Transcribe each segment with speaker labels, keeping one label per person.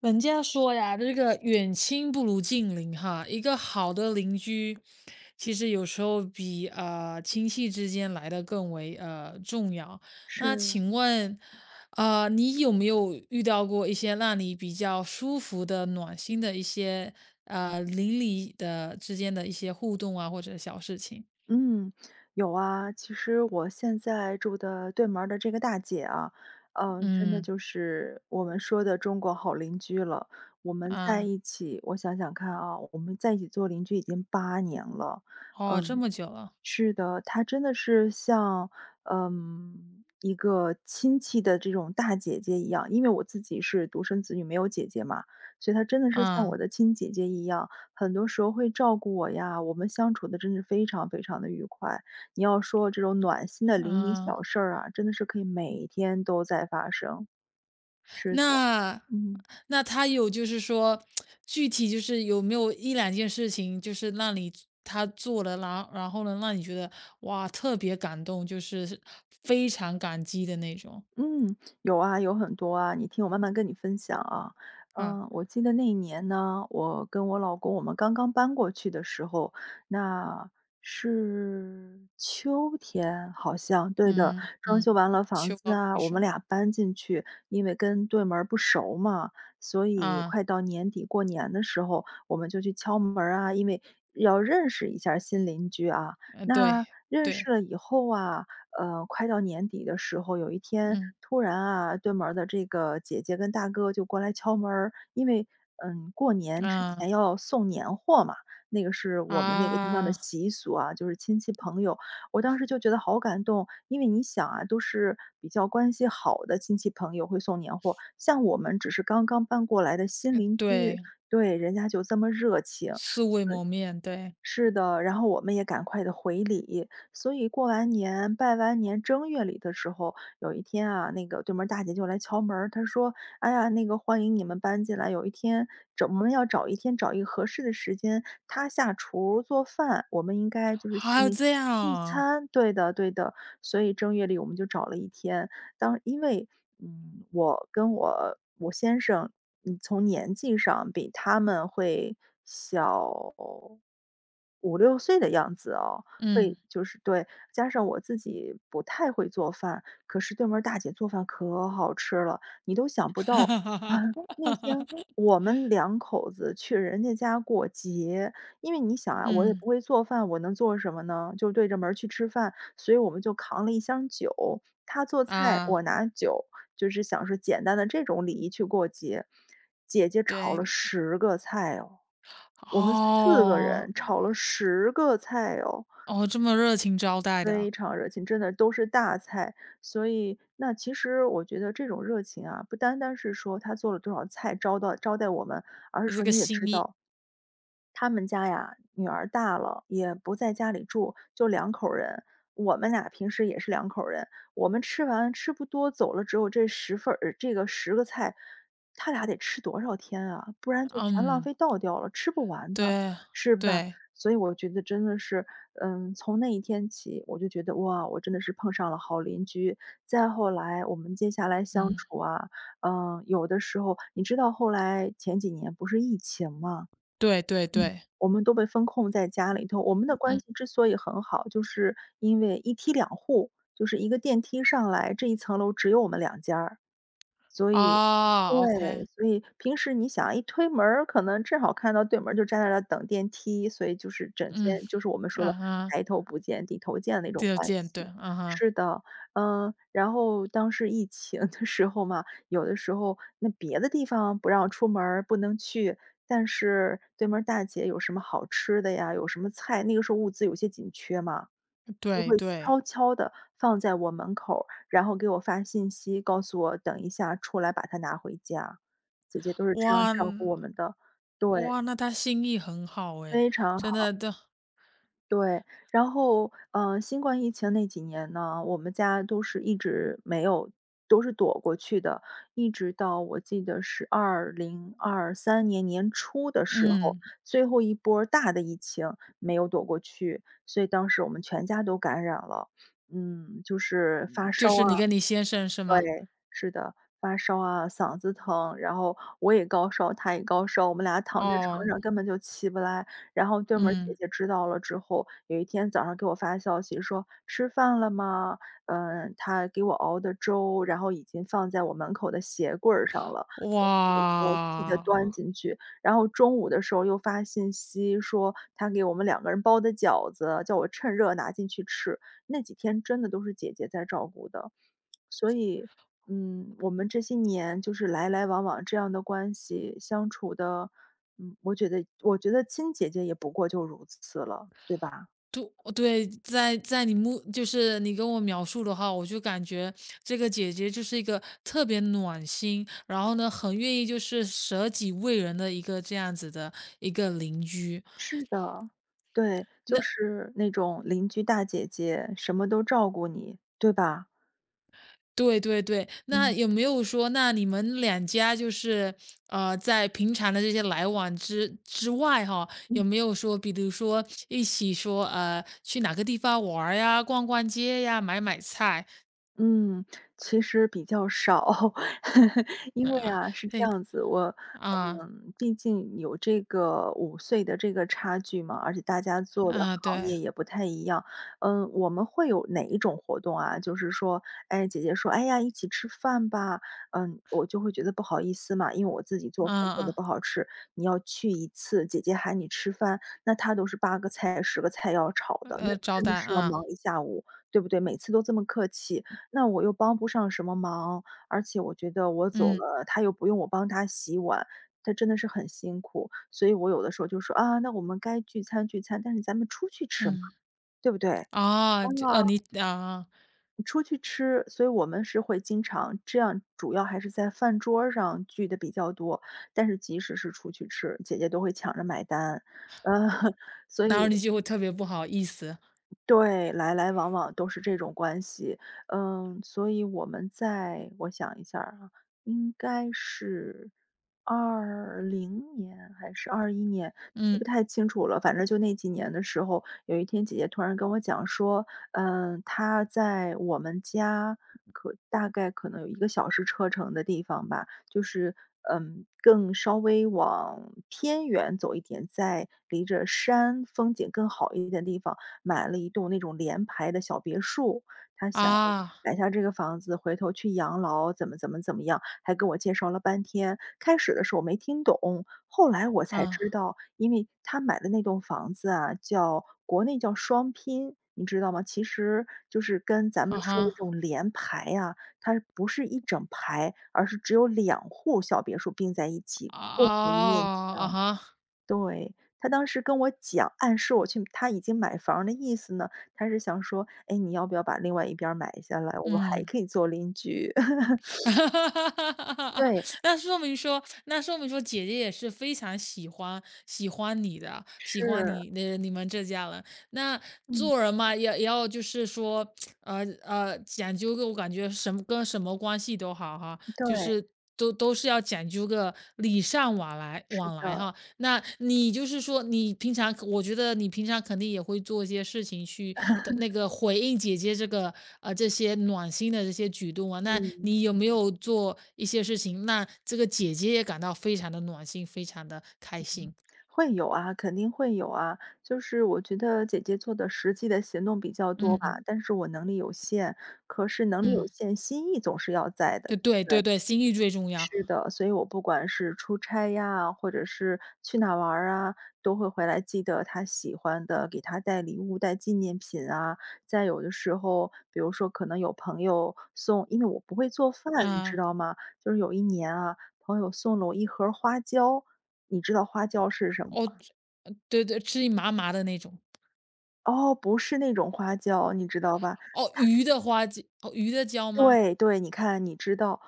Speaker 1: 人家说呀，这个远亲不如近邻哈。一个好的邻居，其实有时候比亲戚之间来的更为重要。那
Speaker 2: 是，
Speaker 1: 请问，你有没有遇到过一些让你比较舒服的、暖心的一些邻里的之间的一些互动啊，或者小事情？
Speaker 2: 嗯，有啊。其实我现在住的对门儿的这个大姐啊，真的
Speaker 1: 嗯
Speaker 2: 就是我们说的中国好邻居了。我们在
Speaker 1: 啊，
Speaker 2: 一起，我想想看啊，我们在一起做邻居已经8年了。
Speaker 1: 哦，这
Speaker 2: 嗯，
Speaker 1: 么久了，
Speaker 2: 是的，她真的是像，一个亲戚的这种大姐姐一样。因为我自己是独生子女，没有姐姐嘛，所以她真的是像
Speaker 1: 啊
Speaker 2: 我的亲姐姐一样，很多时候会照顾我呀，我们相处的真是非常非常的愉快。你要说这种暖心的邻里
Speaker 1: 啊。
Speaker 2: 小事儿啊，真的是可以每天都在发生。是的，
Speaker 1: 那
Speaker 2: 嗯。
Speaker 1: 那他有就是说，具体就是有没有一两件事情，就是让你他做了，然后呢，让你觉得，哇，特别感动，就是非常感激的那种？
Speaker 2: 嗯，有啊，有很多啊，你听我慢慢跟你分享啊。
Speaker 1: 啊，
Speaker 2: 嗯，我记得那一年呢，我跟我老公我们刚刚搬过去的时候，那是秋天，好像对的。
Speaker 1: 嗯
Speaker 2: 装
Speaker 1: 嗯，
Speaker 2: 修完了房
Speaker 1: 秋
Speaker 2: 子
Speaker 1: 高
Speaker 2: 啊，
Speaker 1: 气
Speaker 2: 我们
Speaker 1: 爽，
Speaker 2: 俩搬进去，因为跟对门儿不熟嘛，所以
Speaker 1: 啊，
Speaker 2: 快到年底过年的时候，我们就去敲门儿啊，因为要认识一下儿新邻居啊。
Speaker 1: 嗯对，
Speaker 2: 那认识
Speaker 1: 对，
Speaker 2: 了以后啊，快到年底的时候，有一天
Speaker 1: 嗯，
Speaker 2: 突然啊，对门儿的这个姐姐跟大哥就过来敲门儿因为过年之前
Speaker 1: 啊，
Speaker 2: 要送年货嘛，那个是我们那个地方的
Speaker 1: 啊，
Speaker 2: 习俗啊，就是亲戚朋友。我当时就觉得好感动，因为你想啊，都是比较关系好的亲戚朋友会送年货，像我们只是刚刚搬过来的新邻居，
Speaker 1: 对，
Speaker 2: 对，人家就这么热情。
Speaker 1: 素未谋面，对，
Speaker 2: 是的，然后我们也赶快的回礼，所以过完年拜完年正月里的时候，有一天啊，那个对门儿大姐就来敲门儿她说：“哎呀，那个欢迎你们搬进来，有一天找我们要找一天找一个合适的时间，她下厨儿做饭，我们应该就是
Speaker 1: 还
Speaker 2: 心
Speaker 1: 有
Speaker 2: 里
Speaker 1: 这样
Speaker 2: 聚
Speaker 1: 啊，
Speaker 2: 餐。”对的，对的，所以正月里我们就找了一天，因为我跟我先生，从年纪上比他们会小。五六岁的样子哦，会
Speaker 1: 嗯，
Speaker 2: 就是对，加上我自己不太会做饭，可是对门儿大姐做饭可好吃了，你都想 不
Speaker 1: 哈
Speaker 2: 到，
Speaker 1: 哈
Speaker 2: 啊，
Speaker 1: 哈
Speaker 2: 那
Speaker 1: 哈
Speaker 2: 天
Speaker 1: 哈
Speaker 2: 我们两口子去人家家过节。因为你想啊，我也
Speaker 1: 嗯，
Speaker 2: 不会做饭，我能做什么呢？就对着门儿去吃饭，所以我们就扛了一箱酒，她做菜，
Speaker 1: 啊，
Speaker 2: 我拿酒，就是想说简单的这种礼仪去过节。姐姐炒了
Speaker 1: 对。
Speaker 2: 十个菜哦。我们四个
Speaker 1: 哦，
Speaker 2: 人炒了
Speaker 1: 嗯
Speaker 2: 十个菜哦，
Speaker 1: 哦，这么热情招待的啊
Speaker 2: 非常热情，真的都是大菜。所以那其实我觉得这种热情啊，不单单是说他做了多少菜招待我们，而是
Speaker 1: 你这
Speaker 2: 说
Speaker 1: 个
Speaker 2: 你也
Speaker 1: 心
Speaker 2: 知
Speaker 1: 意，
Speaker 2: 道他们家呀，女儿大了，也不在家里住，就两口儿人。我们俩平时也是两口儿人，我们吃完吃不多，走了只有这10份儿这个十个菜，他俩得吃多少天啊？不然就全浪
Speaker 1: 嗯，
Speaker 2: 费倒掉了，吃不完的，
Speaker 1: 对，
Speaker 2: 是吧？
Speaker 1: 对，
Speaker 2: 所以我觉得真的是，从那一天起，我就觉得哇，我真的是碰上了好邻居。再后来，我们接下来相
Speaker 1: 嗯，
Speaker 2: 处啊，嗯，有的时候，你知道后来前几年不是疫情嘛，
Speaker 1: 对对对，
Speaker 2: 我们都被封控在家里头。我们的关
Speaker 1: 嗯，
Speaker 2: 系之所以很好，就是因为一梯两户，就是一个电梯上来，这一层楼只有我们2家儿。所以
Speaker 1: 啊 o
Speaker 2: 对，
Speaker 1: k
Speaker 2: 所以平时你想一推门儿，可能正好看到对门儿就站在那儿等电梯，所以就是整
Speaker 1: 嗯，
Speaker 2: 天就是我们说
Speaker 1: 啊
Speaker 2: 的
Speaker 1: 哈，
Speaker 2: 抬头不见低头见的那种
Speaker 1: 这就
Speaker 2: 关
Speaker 1: 见对，
Speaker 2: 系。
Speaker 1: 啊哈，
Speaker 2: 是的，嗯，然后当时疫情的时候嘛，有的时候那别的地方不让出门儿不能去，但是对门儿大姐有什么好吃的呀，有什么菜，那个时候物资有些紧缺嘛。都
Speaker 1: 对
Speaker 2: 会
Speaker 1: 对，
Speaker 2: 悄悄地放在我门口儿然后给我发信息，告诉我等一下出来把它拿回家。姐姐都是这样
Speaker 1: 哇，
Speaker 2: 照顾我们的，对，
Speaker 1: 哇，那他心意很好诶，
Speaker 2: 非常
Speaker 1: 真的，
Speaker 2: 对，然后，新冠疫情那几年呢，我们家都是一直没有都是躲过去的，一直到我记得是2023年年初的时候，
Speaker 1: 嗯，
Speaker 2: 最后一波儿大的疫情没有躲过去，所以当时我们全家都感染了。嗯，就是发烧
Speaker 1: 就是你
Speaker 2: 啊
Speaker 1: 跟你先生是吗？
Speaker 2: 对，是的，发烧啊，嗓子疼，然后我也高烧，他也高烧，我们俩躺在床
Speaker 1: 哦，
Speaker 2: 上根本就起不来。然后对门儿姐
Speaker 1: 嗯，
Speaker 2: 姐知道了之后，有一天早上给我发消息说：“吃饭了吗？”嗯，她给我熬的粥，然后已经放在我门口的鞋柜儿上了。我记得端
Speaker 1: 哇。
Speaker 2: 进去，然后中午的时候又发信息说她给我们2个人包的饺子，叫我趁热拿进去吃。那几天真的都是姐姐在照顾的。所以，嗯，我们这些年就是来来往往这样的关系相处的，嗯，我觉得亲姐姐也不过就如此了，对吧？
Speaker 1: 对哦对，在在你目就是你跟我描述的话，我就感觉这个姐姐就是一个特别暖心，然后呢，很愿意就是舍己为人的一个这样子的一个邻居。
Speaker 2: 是的。对，就
Speaker 1: 那
Speaker 2: 是那种邻居大姐姐，什么都照顾你，对吧？
Speaker 1: 对对对，那
Speaker 2: 嗯。
Speaker 1: 有没有说，那你们两家就是，在平常的这些来往之外哈，有没有说，比如说一起说，去哪个地方玩儿呀，逛逛街呀，买买菜，
Speaker 2: 嗯，其实比较少。因为
Speaker 1: 呃，
Speaker 2: 啊，是这
Speaker 1: 对
Speaker 2: 样子，
Speaker 1: 啊
Speaker 2: 毕竟有这个5岁的这个差距嘛，而且大家做的
Speaker 1: 啊，
Speaker 2: 行
Speaker 1: 对。
Speaker 2: 业也不太一样。嗯，我们会有哪一种活动啊，就是说，哎，姐姐说：“哎呀，一起吃饭吧。”嗯，我就会觉得不好意思嘛，因为我自己做
Speaker 1: 啊
Speaker 2: 饭做的
Speaker 1: 啊，
Speaker 2: 不好吃，你要去一次，姐姐喊你吃饭，那她都是8个菜、十个菜要炒的，那
Speaker 1: 招
Speaker 2: 真
Speaker 1: 待，
Speaker 2: 的是要
Speaker 1: 啊，
Speaker 2: 忙一下午，对不对？每次都这么客气，那我又帮不上什么忙，而且我觉得我走
Speaker 1: 嗯
Speaker 2: 了，他又不用我帮他洗碗，他真的是很辛苦。所以我有的时候就说：“啊，那我们该聚餐聚餐，但是咱们出去吃嘛，
Speaker 1: 嗯，
Speaker 2: 对不对？”啊，
Speaker 1: 啊，就，你啊，
Speaker 2: 出去吃，所以我们是会经常这样，主要还是在饭桌儿上聚的比较多。但是即使是出去吃，姐姐都会抢着买单。呃，所
Speaker 1: 然后
Speaker 2: 以
Speaker 1: 你就会特别不好意思，
Speaker 2: 对，来来往往都是这种关系。嗯，所以我们在我想一下儿啊，应该是20年还是21年，记
Speaker 1: 嗯，
Speaker 2: 不太清楚了。反正就那几年的时候，有一天姐姐突然跟我讲说，嗯，她在我们家大概可能有1个小时车程的地方吧，就是，嗯，更稍微往偏远走一点，在离着山风景更好一点的地方，买了一栋那种联排的小别墅。她想
Speaker 1: 啊，
Speaker 2: 买下这个房子，回头去养老，怎么怎么怎么样，还跟我介绍了半天。开始的时候我没听懂，后来我才
Speaker 1: 啊，
Speaker 2: 知道，因为他买的那栋房子啊，叫国内叫双拼，你知道吗？其实就是跟咱们
Speaker 1: 啊
Speaker 2: 说的这
Speaker 1: 哈，
Speaker 2: 种联排呀，它不是一整排，而是只有两户小别墅并在一起，
Speaker 1: 啊
Speaker 2: 共用一面
Speaker 1: 啊
Speaker 2: 墙。
Speaker 1: 哈，
Speaker 2: 对，他当时跟我讲，暗示我去他已经买房儿的意思呢，他是想说：“哎，你要不要把另外一边儿买下来，我们还
Speaker 1: 嗯。
Speaker 2: 可以做邻居。对，
Speaker 1: 那说明说姐姐也是非常喜欢你的，喜欢
Speaker 2: 是，
Speaker 1: 你那你们这家人。那
Speaker 2: 嗯，
Speaker 1: 做人嘛，也要就是说，讲究个我感觉什么跟什么关系都好哈，就
Speaker 2: 对，
Speaker 1: 是都是要讲究个礼尚往来
Speaker 2: 是
Speaker 1: 往
Speaker 2: 的，
Speaker 1: 来哈。那你就是说，你平常可我觉得你平常肯定也会做一些事情去的那个回应姐姐这个这些暖心的这些举动啊。那
Speaker 2: 嗯。
Speaker 1: 你有没有做一些事情，那这个姐姐也感到非常的暖心，非常的开心？
Speaker 2: 会有啊，肯定会有啊。就是我觉得姐姐做的实际的行动比较多
Speaker 1: 嗯
Speaker 2: 吧，但是我能力有限，
Speaker 1: 嗯，
Speaker 2: 心意总是要在的，
Speaker 1: 对
Speaker 2: 对不
Speaker 1: 对对
Speaker 2: 对？
Speaker 1: 对，心意最重要
Speaker 2: 是的，所以我不管是出差呀，或者是去哪玩儿啊，都会回来记得他喜欢的，给他带礼物、带纪念品啊。再有的时候，比如说可能有朋友送，因为我不会做饭，你知
Speaker 1: 啊。
Speaker 2: 道吗？就是有一年啊，朋友送了我一盒儿花椒，你知道花椒是什么
Speaker 1: 哦，
Speaker 2: 吗？
Speaker 1: 对对，吃一麻麻的那种。
Speaker 2: 哦，不是那种花椒，你知道吧？
Speaker 1: 哦，鱼的花椒，哦，鱼的胶吗？
Speaker 2: 对对，你看你知道，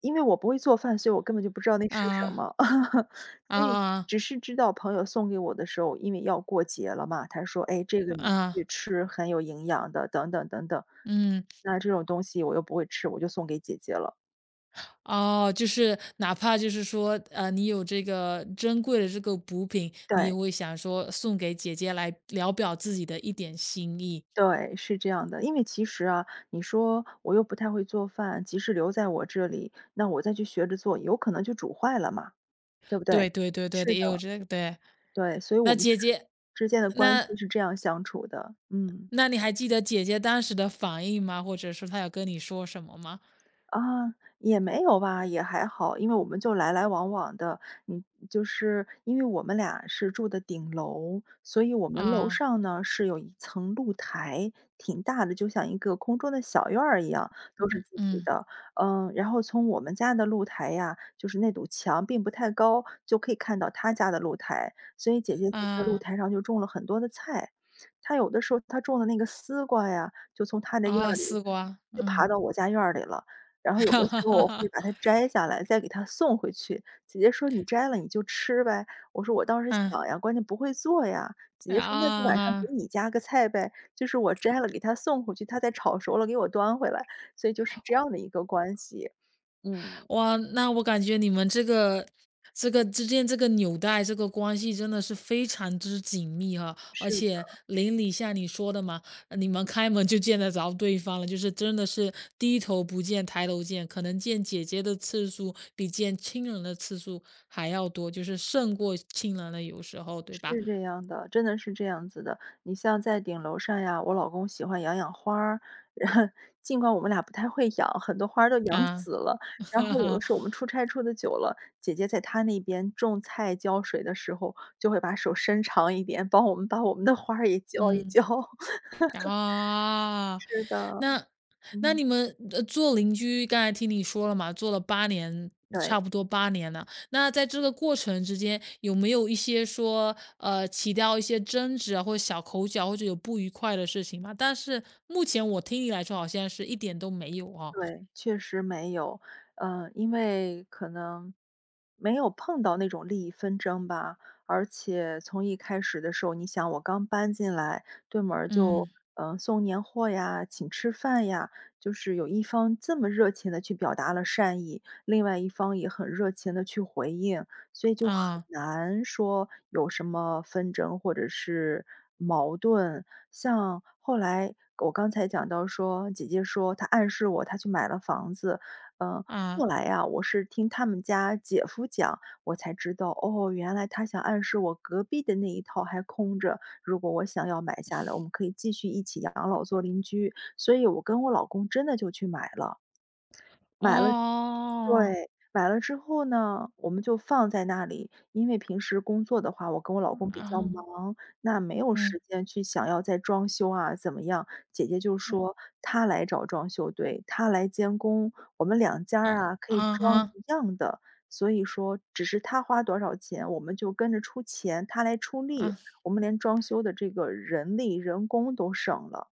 Speaker 2: 因为我不会做饭，所以我根本就不知道那是什
Speaker 1: 啊
Speaker 2: 么。
Speaker 1: 啊
Speaker 2: 所以
Speaker 1: 啊
Speaker 2: 只是知道朋友送给我的时候，因为要过节了嘛，他说：“哎，这个你去
Speaker 1: 啊，
Speaker 2: 吃，很有营养的。”等等等等。
Speaker 1: 嗯。
Speaker 2: 那这种东西我又不会吃，我就送给姐姐了。
Speaker 1: 哦，就是哪怕就是说，你有这个珍贵的这个补品，你也
Speaker 2: 对
Speaker 1: 会想说送给姐姐来聊表自己的一点心意。
Speaker 2: 对，是这样的。因为其实啊，你说我又不太会做饭，即使留在我这里，那我再去学着做，有可能就煮坏了嘛，对不对？
Speaker 1: 对对对对的，
Speaker 2: 是
Speaker 1: 也有
Speaker 2: 的。
Speaker 1: 这个对。
Speaker 2: 对，所以我
Speaker 1: 那
Speaker 2: 们
Speaker 1: 姐姐，
Speaker 2: 之间的关
Speaker 1: 那
Speaker 2: 系是这样相处的，嗯。
Speaker 1: 那你还记得姐姐当时的反应吗？或者说她有跟你说什么吗？
Speaker 2: 啊，也没有吧，也还好，因为我们就来来往往的。嗯，就是因为我们俩是住的顶楼，所以我们楼
Speaker 1: 啊，
Speaker 2: 上呢是有一层露台，挺大的，就像一个空中的小院儿一样，都是
Speaker 1: 嗯
Speaker 2: 自己
Speaker 1: 嗯
Speaker 2: 的。嗯，然后从我们家的露台呀，就是那堵墙并不太高，就可以看到她家的露台，所以姐姐在这个露
Speaker 1: 啊
Speaker 2: 台上就种了很多的菜。她有的时候她种的那个丝瓜呀，就从她的院儿
Speaker 1: 啊，
Speaker 2: 里
Speaker 1: 丝瓜，
Speaker 2: 就爬
Speaker 1: 嗯，
Speaker 2: 到我家院儿里了。然 后有的
Speaker 1: 哈
Speaker 2: 时
Speaker 1: 哈
Speaker 2: 候
Speaker 1: 哈
Speaker 2: 我会
Speaker 1: 哈
Speaker 2: 把它摘下来，再给她送回去。姐姐说：“你摘了你就吃呗。”我说：“我当时
Speaker 1: 嗯
Speaker 2: 想呀，关键不会做呀。”姐
Speaker 1: 啊
Speaker 2: 姐说：“那就
Speaker 1: 啊。
Speaker 2: 晚上给
Speaker 1: 啊
Speaker 2: 你加个菜呗。”就是我摘了给她送回去，她再炒熟了给我端回来，所以就是这样的一个关系。嗯，
Speaker 1: 哇，那我感觉你们这个之间这个纽带这个关系真的是非常之紧密哈，而
Speaker 2: 是。
Speaker 1: 且邻里像你说的嘛，你们开门就见得着对方了，就是真的是低头不见抬头见，可能见姐姐的次数比见亲人的次数还要多，就是胜过亲人了，有时候对吧？
Speaker 2: 是这样的，真的是这样子的。你像在顶楼上呀，我老公喜欢养养花儿，然后尽管我们俩不太会养，很多花儿都养
Speaker 1: 啊，
Speaker 2: 死了。然
Speaker 1: 哈
Speaker 2: 后有的
Speaker 1: 哈，
Speaker 2: 时候我们出差出的久了，姐姐在她那边种菜浇水的时候，就会把手伸长一点，帮我们把我们的花儿也浇一
Speaker 1: 嗯。
Speaker 2: 浇。
Speaker 1: 啊，
Speaker 2: 是的，
Speaker 1: 那那你
Speaker 2: 嗯，
Speaker 1: 们，做邻居刚才听你说了嘛，做了八年，差
Speaker 2: 对。
Speaker 1: 不多八年了。那在这个过程之间，有没有一些说，起掉一些争执啊，或者小口角，或者有不愉快的事情嘛？但是目前我听你来说，好像是一点都没有啊。
Speaker 2: 对，确实没有，嗯，因为可能没有碰到那种利益纷争吧。而且从一开始的时候，你想我刚搬进来，对门儿就
Speaker 1: 嗯，
Speaker 2: 送年货呀，请吃饭呀，就是有一方这么热情的去表达了善意，另外一方也很热情的去回应，所以就很
Speaker 1: 啊，
Speaker 2: 难说有什么纷争或者是矛盾。像后来我刚才讲到说，姐姐说她暗示我她去买了房子，嗯，后
Speaker 1: 啊，
Speaker 2: 来呀，我是听他们家姐夫讲，我才知道，哦，原来他想暗示我隔壁的那一套还空着，如果我想要买下来，我们可以继续一起养老做邻居，所以我跟我老公真的就去买了。
Speaker 1: 哦，
Speaker 2: 对，买了之后呢，我们就放在那里。因为平时工作的话，我跟我老公比较
Speaker 1: 啊，
Speaker 2: 忙，那没有
Speaker 1: 嗯，
Speaker 2: 时间去想要再装修啊，怎么样。姐姐就说她来找装修队，她来监工，我们两家儿
Speaker 1: 嗯，
Speaker 2: 啊可以
Speaker 1: 啊
Speaker 2: 装
Speaker 1: 哈，
Speaker 2: 一样的。所以说，只是她花多少钱，我们就跟着出钱，她来出力，
Speaker 1: 啊。
Speaker 2: 我们连装修的这个人力、人工都省了。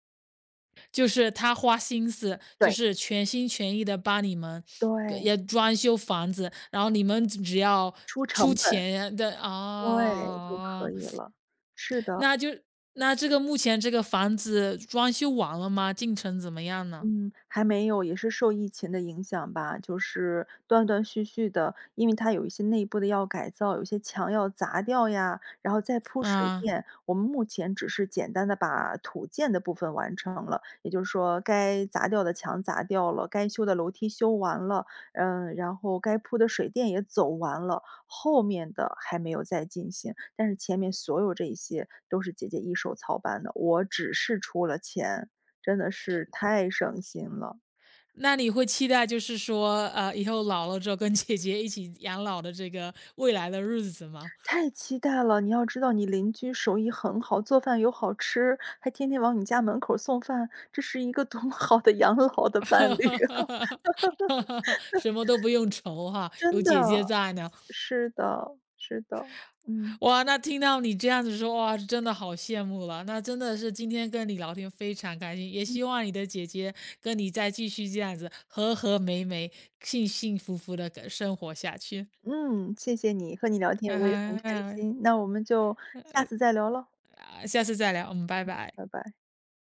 Speaker 1: 就是他花心思，就
Speaker 2: 对。
Speaker 1: 是全心全意的帮你们
Speaker 2: 对，
Speaker 1: 也装修房子，然后你们只要
Speaker 2: 出
Speaker 1: 出
Speaker 2: 成本，
Speaker 1: 钱的
Speaker 2: 对，就可
Speaker 1: 啊、
Speaker 2: 以了。是的。
Speaker 1: 那就那这个目前这个房子装修完了吗？进程怎么样呢？
Speaker 2: 嗯，还没有，也是受疫情的影响吧，就是断断续续的，因为它有一些内部的要改造，有些墙要砸掉呀，然后再铺水
Speaker 1: 啊，
Speaker 2: 电。我们目前只是简单的把土建的部分完成了，也就是说该砸掉的墙砸掉了，该修的楼梯修完了，嗯，然后该铺的水电也走完了，后面的还没有再进行。但是前面所有这一些都是姐姐一手操办的，我只是出了钱。真的是太省心了，
Speaker 1: 那你会期待就是说，以后老了之后跟姐姐一起养老的这个未来的日子吗？
Speaker 2: 太期待了。你要知道你邻居手艺很好，做饭又好吃，还天天往你家门口送饭，这是一个多么 好的养老的 伴
Speaker 1: 哈
Speaker 2: 侣啊！
Speaker 1: 哈哈什么都不用愁哈，有
Speaker 2: 真的，
Speaker 1: 姐姐在呢。
Speaker 2: 是的，是的，嗯，
Speaker 1: 哇，那听到你这样子说，哇，真的好羡慕了。那真的是今天跟你聊天非常开心，也
Speaker 2: 嗯，
Speaker 1: 希望你的姐姐跟你再继续这样子和和美美、幸幸福福的生活下去。
Speaker 2: 嗯，谢谢你，和你聊 天我也很
Speaker 1: 啊、
Speaker 2: 开
Speaker 1: 啊
Speaker 2: 心，那我们就下次再聊了，
Speaker 1: 啊，下次再聊，嗯，拜拜。
Speaker 2: 拜拜。